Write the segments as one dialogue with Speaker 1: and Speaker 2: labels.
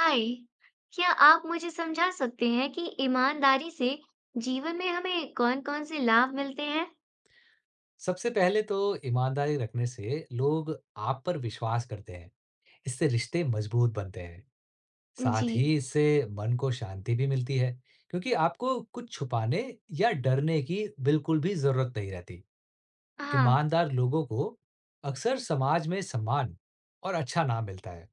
Speaker 1: हाय। क्या आप मुझे समझा सकते हैं कि ईमानदारी से जीवन में हमें कौन-कौन से लाभ मिलते हैं?
Speaker 2: सबसे पहले तो ईमानदारी रखने से लोग आप पर विश्वास करते हैं। इससे रिश्ते मजबूत बनते हैं।
Speaker 1: जी।
Speaker 2: साथ ही इससे मन को शांति भी मिलती है, क्योंकि आपको कुछ छुपाने या डरने की बिल्कुल भी ज़रूरत नहीं रहती।
Speaker 1: हाँ।
Speaker 2: ईमानदार लोगों को अक्सर समाज में सम्मान और अच्छा नाम मिलता है।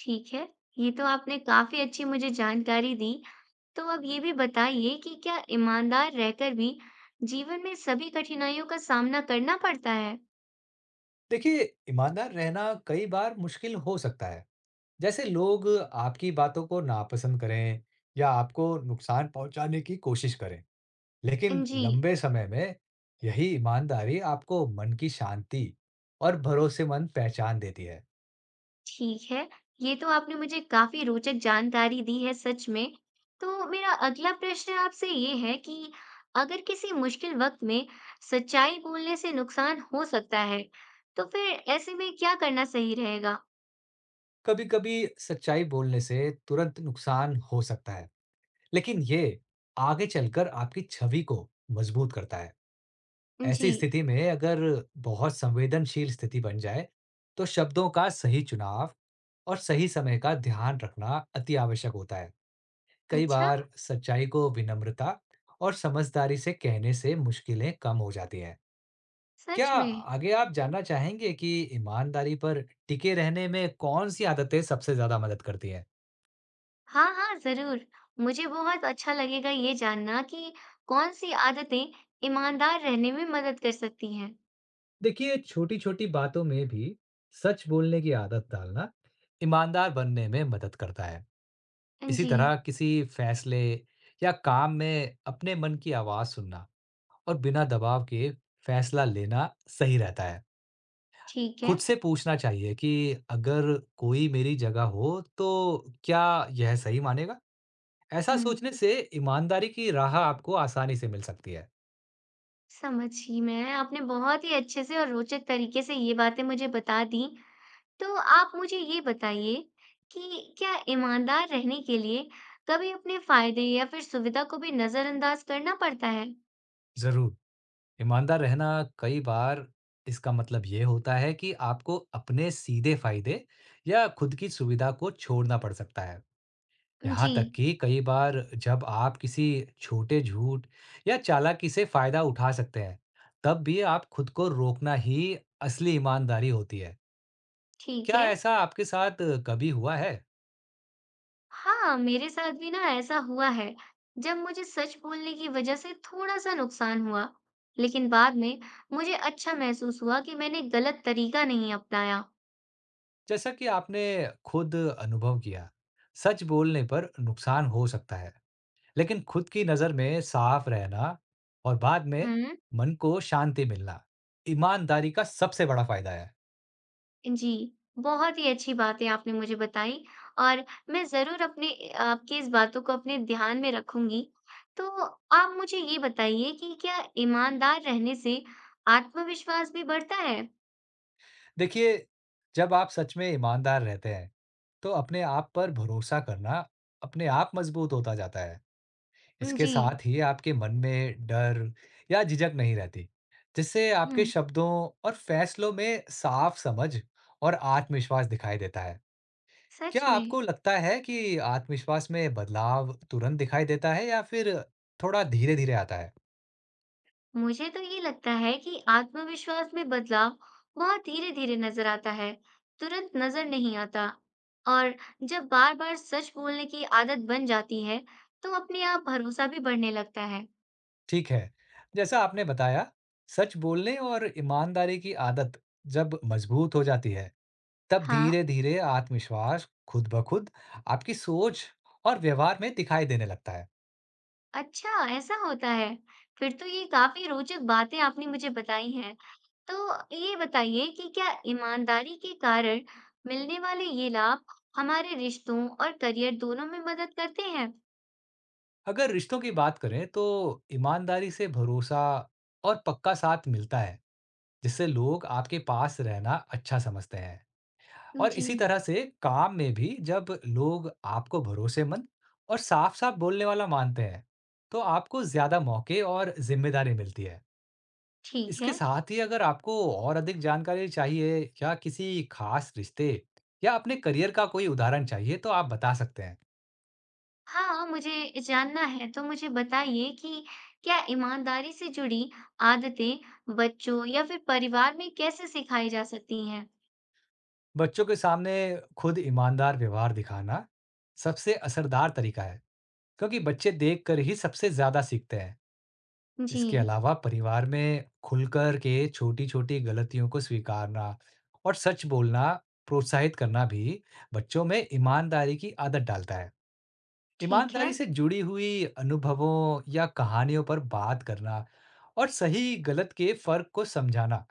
Speaker 1: ठीक है। ये तो आपने काफी अच्छी मुझे जानकारी दी। तो अब ये भी बताइए कि क्या ईमानदार रहकर भी जीवन में सभी कठिनाइयों का सामना करना पड़ता है?
Speaker 2: देखिए, ईमानदार रहना कई बार मुश्किल हो सकता है। जैसे लोग आपकी बातों को नापसंद करें या आपको नुकसान पहुंचाने की कोशिश करें। लेकिन
Speaker 1: जी।
Speaker 2: लंबे समय में यही ईमानदारी आपको मन की शांति और भरोसेमंद पहचान देती है।
Speaker 1: ठीक है, ये तो आपने मुझे काफ़ी रोचक जानकारी दी है सच में। तो मेरा अगला प्रश्न आपसे ये है कि अगर किसी मुश्किल वक़्त में सच्चाई बोलने से नुकसान हो सकता है, तो फिर ऐसे में क्या करना सही रहेगा?
Speaker 2: कभी-कभी सच्चाई बोलने से तुरंत नुकसान हो सकता है, लेकिन ये आगे चलकर आपकी छवि को मजबूत करता है। ऐसी
Speaker 1: जी।
Speaker 2: स्थिति में अगर बहुत संवेदनशील स्थिति बन जाए, तो शब्दों का सही चुनाव और सही समय का ध्यान रखना अति आवश्यक होता है। कई
Speaker 1: अच्छा।
Speaker 2: बार सच्चाई को विनम्रता और समझदारी से कहने से मुश्किलें कम हो जाती हैं। क्या
Speaker 1: सच में?
Speaker 2: आगे आप जानना चाहेंगे कि ईमानदारी पर टिके रहने में कौन सी आदतें सबसे ज्यादा मदद करती हैं?
Speaker 1: हाँ, हाँ, ज़रूर। मुझे बहुत अच्छा लगेगा ये जानना कि कौन-सी आदतें ईमानदार रहने में मदद कर सकती हैं।
Speaker 2: देखिए, छोटी-छोटी बातों में भी सच बोलने की आदत डालना ईमानदार बनने में मदद करता है। इसी
Speaker 1: जी।
Speaker 2: तरह किसी फैसले या काम में अपने मन की आवाज सुनना और बिना दबाव के फैसला लेना सही रहता है।
Speaker 1: ठीक
Speaker 2: खुद
Speaker 1: है।
Speaker 2: से पूछना चाहिए कि अगर कोई मेरी जगह हो, तो क्या यह सही मानेगा? ऐसा
Speaker 1: हुँ।
Speaker 2: सोचने से ईमानदारी की राह आपको आसानी से मिल सकती है।
Speaker 1: समझी मैं। आपने बहुत ही अच्छे से और रोचक तरीके से ये बातें मुझे बता दीं। तो आप मुझे ये बताइए कि क्या ईमानदार रहने के लिए कभी अपने फ़ायदे या फिर सुविधा को भी नज़रअंदाज़ करना पड़ता है?
Speaker 2: ज़रूर, ईमानदार रहना कई बार इसका मतलब ये होता है कि आपको अपने सीधे फ़ायदे या खुद की सुविधा को छोड़ना पड़ सकता है।
Speaker 1: जी।
Speaker 2: यहाँ तक कि कई बार जब आप किसी छोटे झूठ या चालाकी से फ़ायदा उठा सकते हैं, तब भी आप खुद को रोकना ही असली ईमानदारी होती है।
Speaker 1: ठीक
Speaker 2: क्या
Speaker 1: है।
Speaker 2: ऐसा आपके साथ कभी हुआ है?
Speaker 1: हाँ, मेरे साथ भी ना ऐसा हुआ है, जब मुझे सच बोलने की वज़ह से थोड़ा-सा नुकसान हुआ। लेकिन बाद में मुझे अच्छा महसूस हुआ कि मैंने गलत तरीका नहीं अपनाया।
Speaker 2: जैसा कि आपने खुद अनुभव किया, सच बोलने पर नुकसान हो सकता है, लेकिन खुद की नज़र में साफ रहना और बाद में
Speaker 1: हुँ।
Speaker 2: मन को शांति मिलना, ईमानदारी का सबसे बड़ा फायदा है।
Speaker 1: जी, बहुत ही अच्छी बातें आपने मुझे बताई। और मैं ज़रूर अपने आपकी इस बातों को अपने ध्यान में रखूँगी। तो आप मुझे ये बताइए कि क्या ईमानदार रहने से आत्मविश्वास भी बढ़ता है?
Speaker 2: देखिए, जब आप सच में ईमानदार रहते हैं, तो अपने आप पर भरोसा करना अपने आप मजबूत होता जाता है। इसके
Speaker 1: जी।
Speaker 2: साथ ही आपके मन में डर या झिझक नहीं रहती, जिससे
Speaker 1: हुँ।
Speaker 2: आपके शब्दों और फैसलों में साफ समझ और आत्मविश्वास दिखाई देता है।
Speaker 1: सच
Speaker 2: क्या आपको
Speaker 1: में।
Speaker 2: लगता है कि आत्मविश्वास में बदलाव तुरंत दिखाई देता है या फिर थोड़ा धीरे-धीरे आता है?
Speaker 1: मुझे तो ये लगता है कि आत्मविश्वास में बदलाव बहुत धीरे-धीरे नज़र आता है, तुरंत नज़र नहीं आता। और जब बार-बार सच बोलने की आदत बन जाती है, तो अपने आप भरोसा भी बढ़ने लगता है।
Speaker 2: ठीक है, जैसा आपने बताया, सच बोलने और ईमानदारी की आदत जब मजबूत हो जाती है, तब
Speaker 1: हाँ।
Speaker 2: धीरे-धीरे आत्मविश्वास खुद ब खुद आपकी सोच और व्यवहार में दिखाई देने लगता है।
Speaker 1: अच्छा, ऐसा होता है। फिर तो ये काफ़ी रोचक बातें आपने मुझे बताई हैं। तो ये बताइए कि क्या ईमानदारी के कारण मिलने वाले ये लाभ हमारे रिश्तों और करियर दोनों में मदद करते हैं?
Speaker 2: अगर रिश्तों की बात करें, तो ईमानदारी से भरोसा और पक्का साथ मिलता है, जिससे लोग आपके पास रहना अच्छा समझते हैं। और
Speaker 1: जी।
Speaker 2: इसी तरह से काम में भी जब लोग आपको भरोसेमंद और साफ-साफ बोलने वाला मानते हैं, तो आपको ज्यादा मौके और जिम्मेदारी मिलती है।
Speaker 1: ठीक है।
Speaker 2: इसके साथ ही अगर आपको और अधिक जानकारी चाहिए या किसी खास रिश्ते या अपने करियर का कोई उदाहरण चाहिए, तो आप बता सकते हैं।
Speaker 1: हाँ, मुझे जानना है। तो मुझे बताइए कि क्या ईमानदारी से जुड़ी आदतें बच्चों या फिर परिवार में कैसे सिखाई जा सकती हैं?
Speaker 2: बच्चों के सामने खुद ईमानदार व्यवहार दिखाना सबसे असरदार तरीका है, क्योंकि बच्चे देखकर ही सबसे ज्यादा सीखते हैं।
Speaker 1: जी।
Speaker 2: इसके अलावा परिवार में खुलकर के छोटी-छोटी गलतियों को स्वीकारना और सच बोलना प्रोत्साहित करना भी बच्चों में ईमानदारी की आदत डालता है।
Speaker 1: ठीक है।
Speaker 2: ईमानदारी से जुड़ी हुई अनुभवों या कहानियों पर बात करना और सही गलत के फर्क को समझाना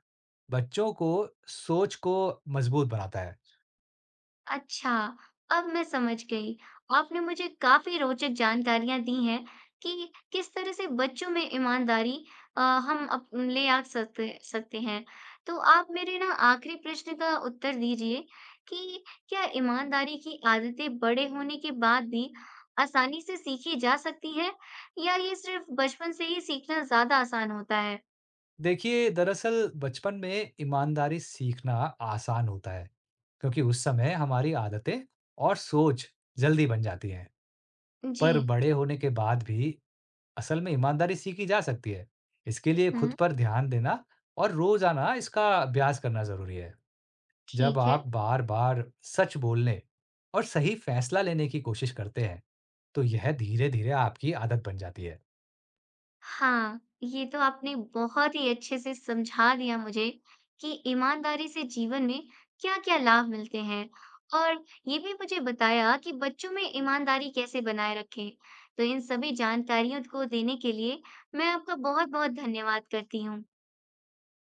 Speaker 2: बच्चों को सोच को मजबूत बनाता है।
Speaker 1: अच्छा, अब मैं समझ गई। आपने मुझे काफ़ी रोचक जानकारियाँ दी हैं कि किस तरह से बच्चों में ईमानदारी हम अप ले आ सकते सकते हैं। तो आप मेरे ना आखिरी प्रश्न का उत्तर दीजिए कि क्या ईमानदारी की आदतें बड़े होने के बाद भी आसानी से सीखी जा सकती है या ये सिर्फ़ बचपन से ही सीखना ज़्यादा आसान होता है?
Speaker 2: देखिए, दरअसल बचपन में ईमानदारी सीखना आसान होता है, क्योंकि उस समय हमारी आदतें और सोच जल्दी बन जाती हैं।
Speaker 1: जी।
Speaker 2: पर बड़े होने के बाद भी असल में ईमानदारी सीखी जा सकती है। इसके लिए खुद
Speaker 1: हुँ,
Speaker 2: पर ध्यान देना और रोज़ाना इसका अभ्यास करना ज़रूरी है। जब
Speaker 1: ठीक है।
Speaker 2: आप बार-बार सच बोलने और सही फैसला लेने की कोशिश करते हैं, तो यह धीरे-धीरे आपकी आदत बन जाती है।
Speaker 1: हाँ, ये तो आपने बहुत ही अच्छे से समझा दिया मुझे कि ईमानदारी से जीवन में क्या-क्या लाभ मिलते हैं और ये भी मुझे बताया कि बच्चों में ईमानदारी कैसे बनाए रखें। तो इन सभी जानकारियों को देने के लिए मैं आपका बहुत-बहुत धन्यवाद करती हूँ।